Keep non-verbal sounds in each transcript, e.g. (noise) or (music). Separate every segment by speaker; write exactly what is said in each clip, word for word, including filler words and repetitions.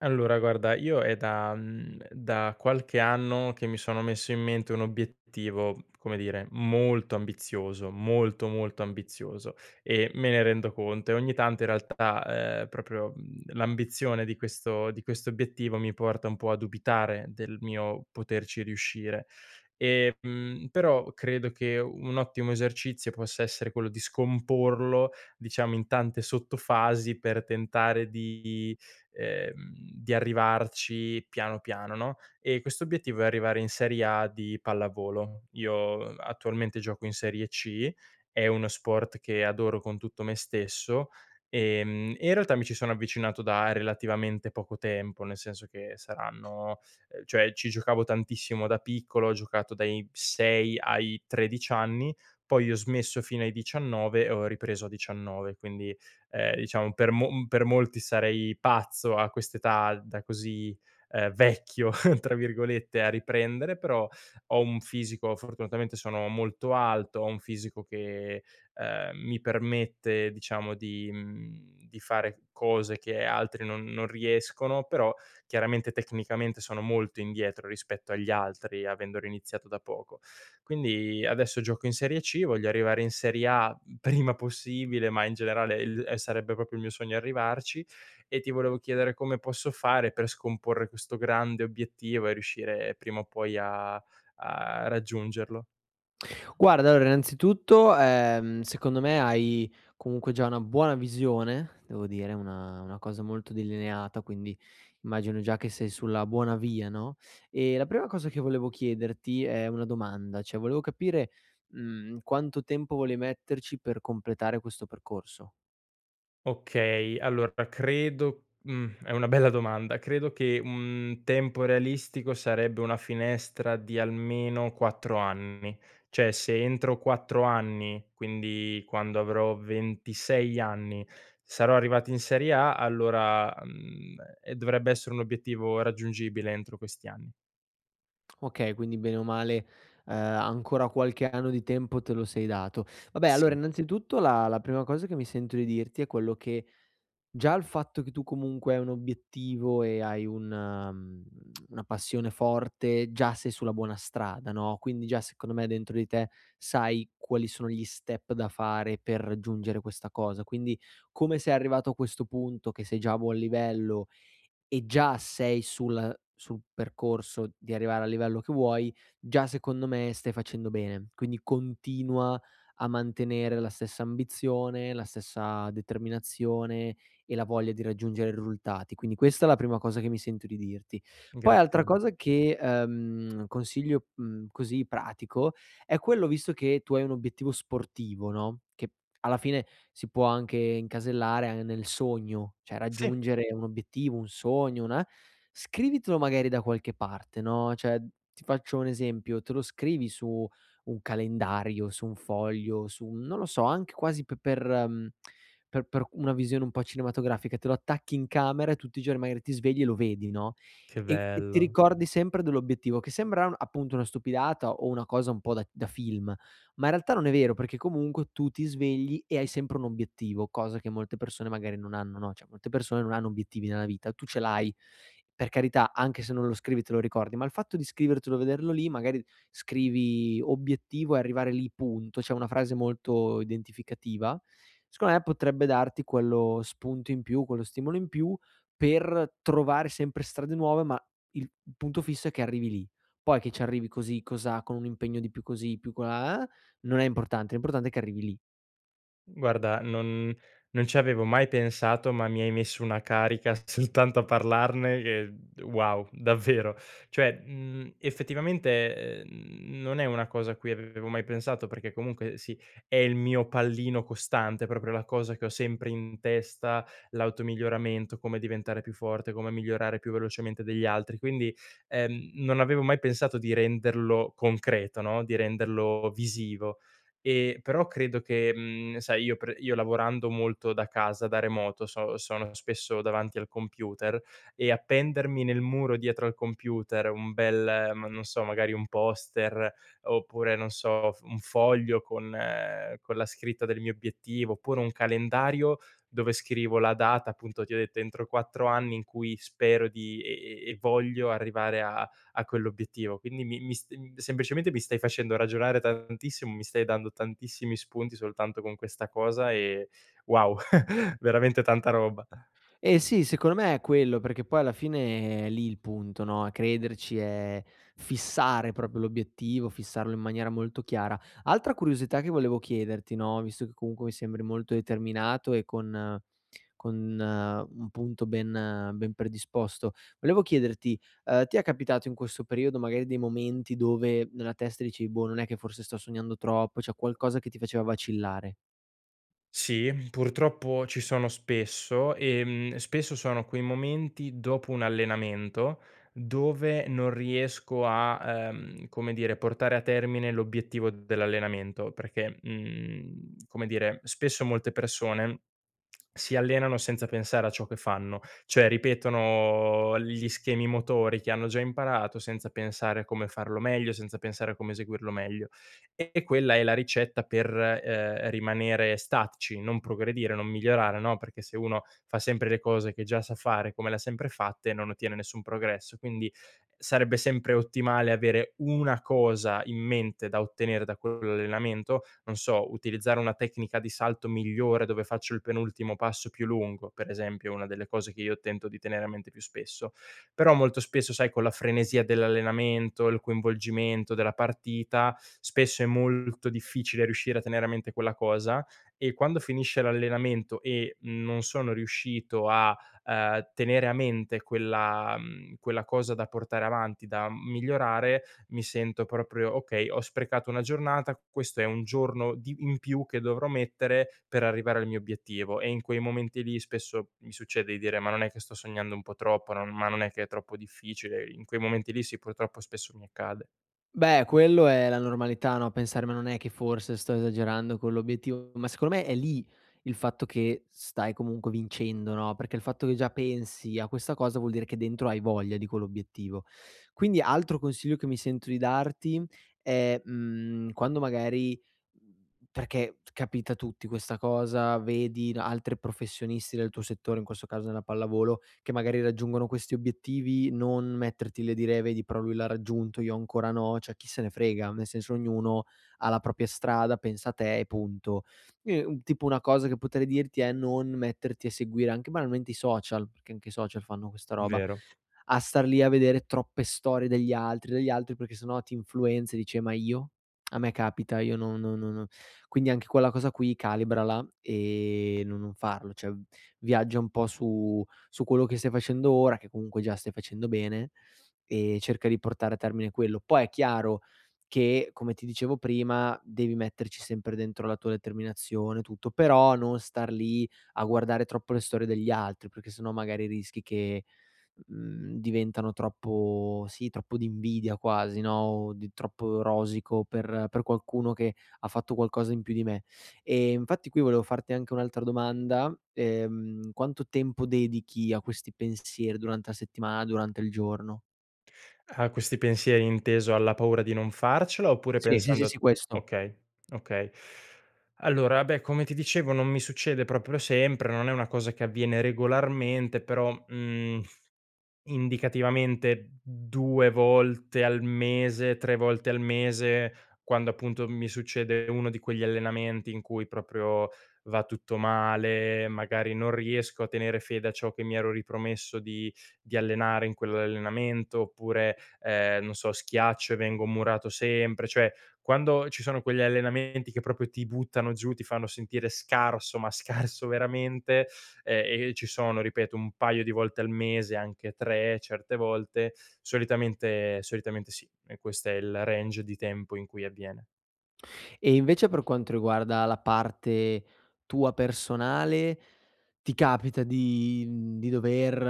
Speaker 1: Allora guarda, io è da mhmm, da qualche anno che mi sono messo in mente un obiettivo, come dire, molto ambizioso, molto, molto ambizioso e me ne rendo conto e ogni tanto in realtà, ehm, proprio, mhmm, l'ambizione di questo di questo obiettivo mi porta un po' a dubitare del mio poterci riuscire. E, mhmm, però credo che un ottimo esercizio possa essere quello di scomporlo, diciamo, in tante sottofasi per tentare di ehm, di arrivarci piano piano, no, e questo obiettivo è arrivare in Serie A di pallavolo. Io attualmente gioco in Serie C, è uno sport che adoro con tutto me stesso, ehm, e in realtà mi ci sono avvicinato da relativamente poco tempo, nel senso che saranno ehm, cioè ci giocavo tantissimo da piccolo, ho giocato dai sei ai tredici anni, poi ho smesso fino ai diciannove e ho ripreso a diciannove, quindi ehm, diciamo per mo mm, per molti sarei pazzo a quest'età da così, ehm, "vecchio" (laughs) tra virgolette a riprendere, però ho un fisico, fortunatamente sono molto alto, ho un fisico che, ehm, mi permette diciamo di mhmm, di fare cose che altri non non riescono, però chiaramente tecnicamente sono molto indietro rispetto agli altri, avendolo iniziato da poco. Quindi adesso gioco in Serie C, voglio arrivare in Serie A meta prima possibile, ma in generale il ehm, sarebbe proprio il mio sogno arrivarci, e ti volevo chiedere come posso fare per scomporre questo grande obiettivo e riuscire prima o poi a a raggiungerlo.
Speaker 2: Guarda, allora innanzitutto, ehm, secondo me hai comunque già una buona visione, devo dire, una una cosa molto delineata, quindi immagino già che sei sulla buona via, no, e la prima cosa che volevo chiederti è una domanda, cioè volevo capire, mhmm, quanto tempo vuoi metterci per completare questo percorso.
Speaker 1: Okay, allora credo, mhmm, è una bella domanda. Credo che un tempo realistico sarebbe una finestra di almeno quattro anni. Cioè se entro quattro anni, quindi quando avrò ventisei anni, sarò arrivato in Serie A, allora, mhmm, e dovrebbe essere un obiettivo raggiungibile entro questi anni.
Speaker 2: Okay, quindi bene o male, ehm, ancora qualche anno di tempo te lo sei dato. Vabbè, allora
Speaker 1: Sì.
Speaker 2: innanzitutto la la prima cosa che mi sento di dirti è quello che, già il fatto che tu comunque hai un obiettivo e hai un mhmm, una passione forte, già sei sulla buona strada, no, quindi già secondo me dentro di te sai quali sono gli step da fare per raggiungere questa cosa. Quindi come sei arrivato a questo punto, che sei già a buon livello e già sei sul sul percorso di arrivare al livello che vuoi, già secondo me stai facendo bene. Quindi continua a mantenere la stessa ambizione, la stessa determinazione e la voglia di raggiungere i risultati. Quindi questa è la prima cosa che mi sento di dirti. Poi
Speaker 1: Grazie
Speaker 2: altra
Speaker 1: mille.
Speaker 2: cosa che, ehm, consiglio, mhmm, così pratico, è quello visto che tu hai un obiettivo sportivo, no, che alla fine si può anche incasellare an nel sogno, cioè
Speaker 1: Sì,
Speaker 2: raggiungere un obiettivo, un sogno, una scrivitelo magari da qualche parte, no, cioè ti faccio un esempio, te lo scrivi su un calendario, su un foglio, su un non lo so, anche quasi pe per mhmm, per per una visione un po' cinematografica, te lo attacchi in camera e tutti i giorni magari ti svegli e lo vedi, no,
Speaker 1: che
Speaker 2: e e ti
Speaker 1: bello.
Speaker 2: ricordi sempre dell'obiettivo, che sembra un appunto una stupidata o una cosa un po' da da film, ma in realtà non è vero, perché comunque tu ti svegli e hai sempre un obiettivo, cosa che molte persone magari non hanno, no, cioè molte persone non hanno obiettivi nella vita, tu ce l'hai. Per carità, anche se non lo scrivi te lo ricordi, ma il fatto di scrivertelo, vederlo lì, magari scrivi obiettivo e arrivare lì punto, c'è una frase molto identificativa, secondo me potrebbe darti quello spunto in più, quello stimolo in più per trovare sempre strade nuove, ma il punto fisso è che arrivi lì. Poi che ci arrivi così, cosà, con un impegno di più così, più colà, non è importante, l'importante è che arrivi lì.
Speaker 1: Guarda, non non ci avevo mai pensato, ma mi hai messo una carica (laughs) soltanto a parlarne che wow, davvero. Cioè, mhmm, effettivamente, ehm, non è una cosa a cui avevo mai pensato, perché comunque sì, è il mio pallino costante, proprio la cosa che ho sempre in testa, l'automiglioramento, come diventare più forte, come migliorare più velocemente degli altri. Quindi, ehm, non avevo mai pensato di renderlo concreto, no, di renderlo visivo. Ehm, però credo che, mhmm, sai, io pre io lavorando molto da casa, da remoto, so sono spesso davanti al computer e appendermi nel muro dietro al computer un bel eh, ma non so, magari un poster oppure non so, f un foglio con eh, con la scritta del mio obiettivo, oppure un calendario dove scrivo la data, appunto ti ho detto entro quattro anni in cui spero di e e e voglio arrivare a a quell'obiettivo. Quindi mi mi st mhmm, semplicemente mi stai facendo ragionare tantissimo, mi stai dando tantissimi spunti soltanto con questa cosa e wow, (laughs) veramente tanta roba.
Speaker 2: Eh sì, secondo me è quello, perché poi alla fine è lì il punto, no, è crederci, è fissare proprio l'obiettivo, fissarlo in maniera molto chiara. Altra curiosità che volevo chiederti, no, visto che comunque mi sembri molto determinato e con eh, con eh, un punto ben eh, ben predisposto, volevo chiederti, ehm, ti è capitato in questo periodo magari dei momenti dove nella testa dicevi: "Boh, non è che forse sto sognando troppo", cioè qualcosa che ti faceva vacillare?
Speaker 1: Sì, purtroppo ci sono spesso, ehm, spesso sono quei momenti dopo un allenamento dove non riesco a, ehm, come dire, portare a termine l'obiettivo dell'allenamento, perché, mhmm, come dire, spesso molte persone si allenano senza pensare a ciò che fanno, cioè ripetono gli schemi motori che hanno già imparato senza pensare a come farlo meglio, senza pensare a come eseguirlo meglio, e quella è la ricetta per, ehm, rimanere statici, non progredire, non migliorare, no, perché se uno fa sempre le cose che già sa fare, come le ha sempre fatte, non ottiene nessun progresso. Quindi sarebbe sempre ottimale avere una cosa in mente da ottenere da quell'allenamento, non so, utilizzare una tecnica di salto migliore dove faccio il penultimo passo più lungo, per esempio, è una delle cose che io tento di tenere a mente più spesso. Però molto spesso, sai, con la frenesia dell'allenamento, il coinvolgimento della partita, spesso è molto difficile riuscire a tenere a mente quella cosa e quando finisce l'allenamento e non sono riuscito a, ehm, tenere a mente quella mhmm, quella cosa da portare avanti, da migliorare, mi sento proprio: "Okay, ho sprecato una giornata, questo è un giorno di in più che dovrò mettere per arrivare al mio obiettivo". E in quei momenti lì spesso mi succede di dire: "Ma non è che sto sognando un po' troppo, non ma non è che è troppo difficile". In quei momenti lì sì, purtroppo spesso mi accade.
Speaker 2: Beh, quello è la normalità, no, pensare: "Ma non è che forse sto esagerando con l'obiettivo?" Ma secondo me è lì il fatto che stai comunque vincendo, no, perché il fatto che già pensi a questa cosa vuol dire che dentro hai voglia di quell'obiettivo. Quindi altro consiglio che mi sento di darti è, mhmm, quando magari perché capita a tutti questa cosa, vedi n altri professionisti del tuo settore, in questo caso nella pallavolo, che magari raggiungono questi obiettivi, non metterti le dire: "Vedi però lui l'ha raggiunto, io ancora no", cioè chi se ne frega, nel senso ognuno ha la propria strada, pensa a te e punto. E un tipo una cosa che potrei dirti è non metterti a seguire anche banalmente i social, perché anche i social fanno questa roba,
Speaker 1: Vero.
Speaker 2: a star lì a vedere troppe storie degli altri degli altri perché sennò ti influenza e dici: "Eh, ma io? A me capita, io no, no, no, no". Quindi anche quella cosa qui calibrala e no non farlo, cioè viaggia un po' su su quello che stai facendo ora, che comunque già stai facendo bene, e cerca di portare a termine quello. Poi è chiaro che, come ti dicevo prima, devi metterci sempre dentro la tua determinazione, tutto, però non star lì a guardare troppo le storie degli altri, perché sennò magari rischi che, mhmm, diventano troppo sì, troppo d'invidia quasi, no, o di troppo rosico per per qualcuno che ha fatto qualcosa in più di me. E infatti qui volevo farti anche un'altra domanda: ehm, quanto tempo dedichi a questi pensieri durante la settimana, durante il giorno?
Speaker 1: A questi pensieri inteso alla paura di non farcela oppure
Speaker 2: Sì, sì, sì, sì,
Speaker 1: pensando,
Speaker 2: questo.
Speaker 1: okay, okay. Allora, beh, come ti dicevo non mi succede proprio sempre, non è una cosa che avviene regolarmente, però, mhmm, indicativamente due volte al mese, tre volte al mese, quando appunto mi succede uno di quegli allenamenti in cui proprio va tutto male, magari non riesco a tenere fede a ciò che mi ero ripromesso di di allenare in quell'allenamento, oppure, ehm, non so, schiaccio e vengo murato sempre. Cioè, quando ci sono quegli allenamenti che proprio ti buttano giù, ti fanno sentire scarso, ma scarso veramente, ehm, e ci sono, ripeto, un paio di volte al mese, anche tre certe volte. Solitamente solitamente sì, e questo è il range di tempo in cui avviene.
Speaker 2: E invece per quanto riguarda la parte tua personale, ti capita di mhmm, di dover,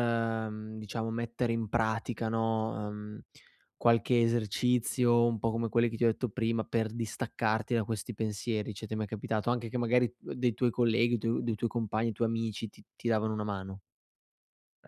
Speaker 2: mhmm, diciamo mettere in pratica, no, ehm, qualche esercizio, un po' come quelli che ti ho detto prima, per distaccarti da questi pensieri? Cioè, ti è mai capitato anche che magari uhm, dei tuoi colleghi, tu dei tuoi compagni, i tuoi amici ti ti davano una mano?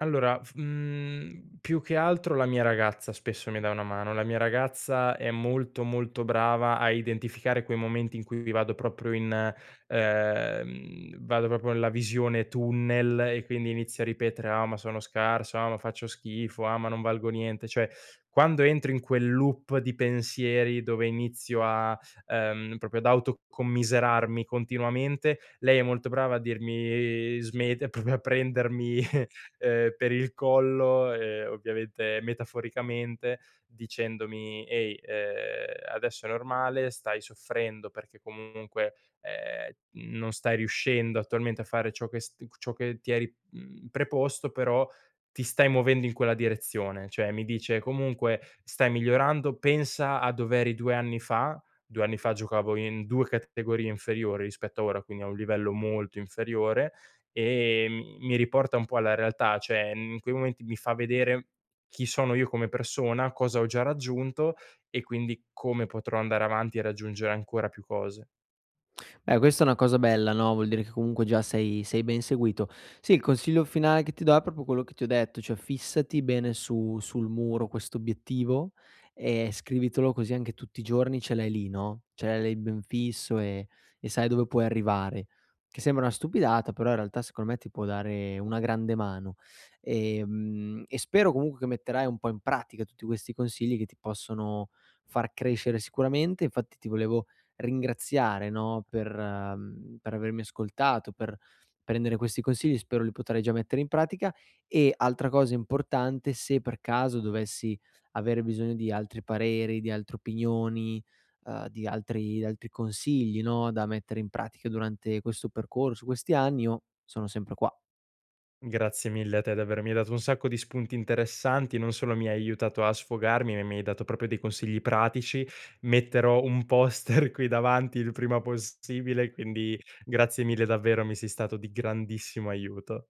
Speaker 1: Allora, f mhmm, più che altro la mia ragazza spesso mi dà una mano. La mia ragazza è molto, molto brava a identificare quei momenti in cui vado proprio in ehm, vado proprio nella visione tunnel e quindi inizio a ripetere: "Ah, ma sono scarso, ah, ma faccio schifo, ah, ma non valgo niente". Cioè, quando entro in quel loop di pensieri dove inizio a ehm, proprio ad autocommiserarmi continuamente, lei è molto brava a dirmi: "Smett" (laughs) proprio a prendermi, ehm, per il collo, ehm, ovviamente metaforicamente, dicendomi: "Ehi, ehm, adesso è normale, stai soffrendo perché comunque, ehm, non stai riuscendo attualmente a fare ciò che st ciò che ti eri, mhmm, preposto, però ti stai muovendo in quella direzione." Cioè mi dice: "Comunque stai migliorando, pensa a dov'eri due anni fa." due anni fa giocavo in due categorie inferiori rispetto a ora, quindi a un livello molto inferiore. Ehm, mi mi riporta un po' alla realtà, cioè, mhmm, in quei momenti mi fa vedere chi sono io come persona, cosa ho già raggiunto e quindi come potrò andare avanti e raggiungere ancora più cose.
Speaker 2: Beh, questa è una cosa bella, no, vuol dire che comunque già sei sei ben seguito. Sì, il consiglio finale che ti do è proprio quello che ti ho detto, cioè fissati bene su sul muro questo obiettivo e scrivitelo così anche tutti i giorni ce l'hai lì, no, ce l'hai lì ben fisso e e sai dove puoi arrivare. Che sembra una stupidata, però in realtà secondo me ti può dare una grande mano. Ehm, e spero comunque che metterai un po' in pratica tutti questi consigli che ti possono far crescere sicuramente. Infatti ti volevo ringraziare, no, per mhmm, per avermi ascoltato, per prendere questi consigli, spero li potrai già mettere in pratica. E altra cosa importante, se per caso dovessi avere bisogno di altri pareri, di altre opinioni, uhm, di altri di altri consigli, no, da mettere in pratica durante questo percorso, questi anni, io sono sempre qua.
Speaker 1: Grazie mille a te davvero, mi hai dato un sacco di spunti interessanti, non solo mi hai aiutato a sfogarmi, ma mi hai dato proprio dei consigli pratici. Metterò un poster (laughs) qui davanti il prima possibile, quindi grazie mille davvero, mi sei stato di grandissimo aiuto.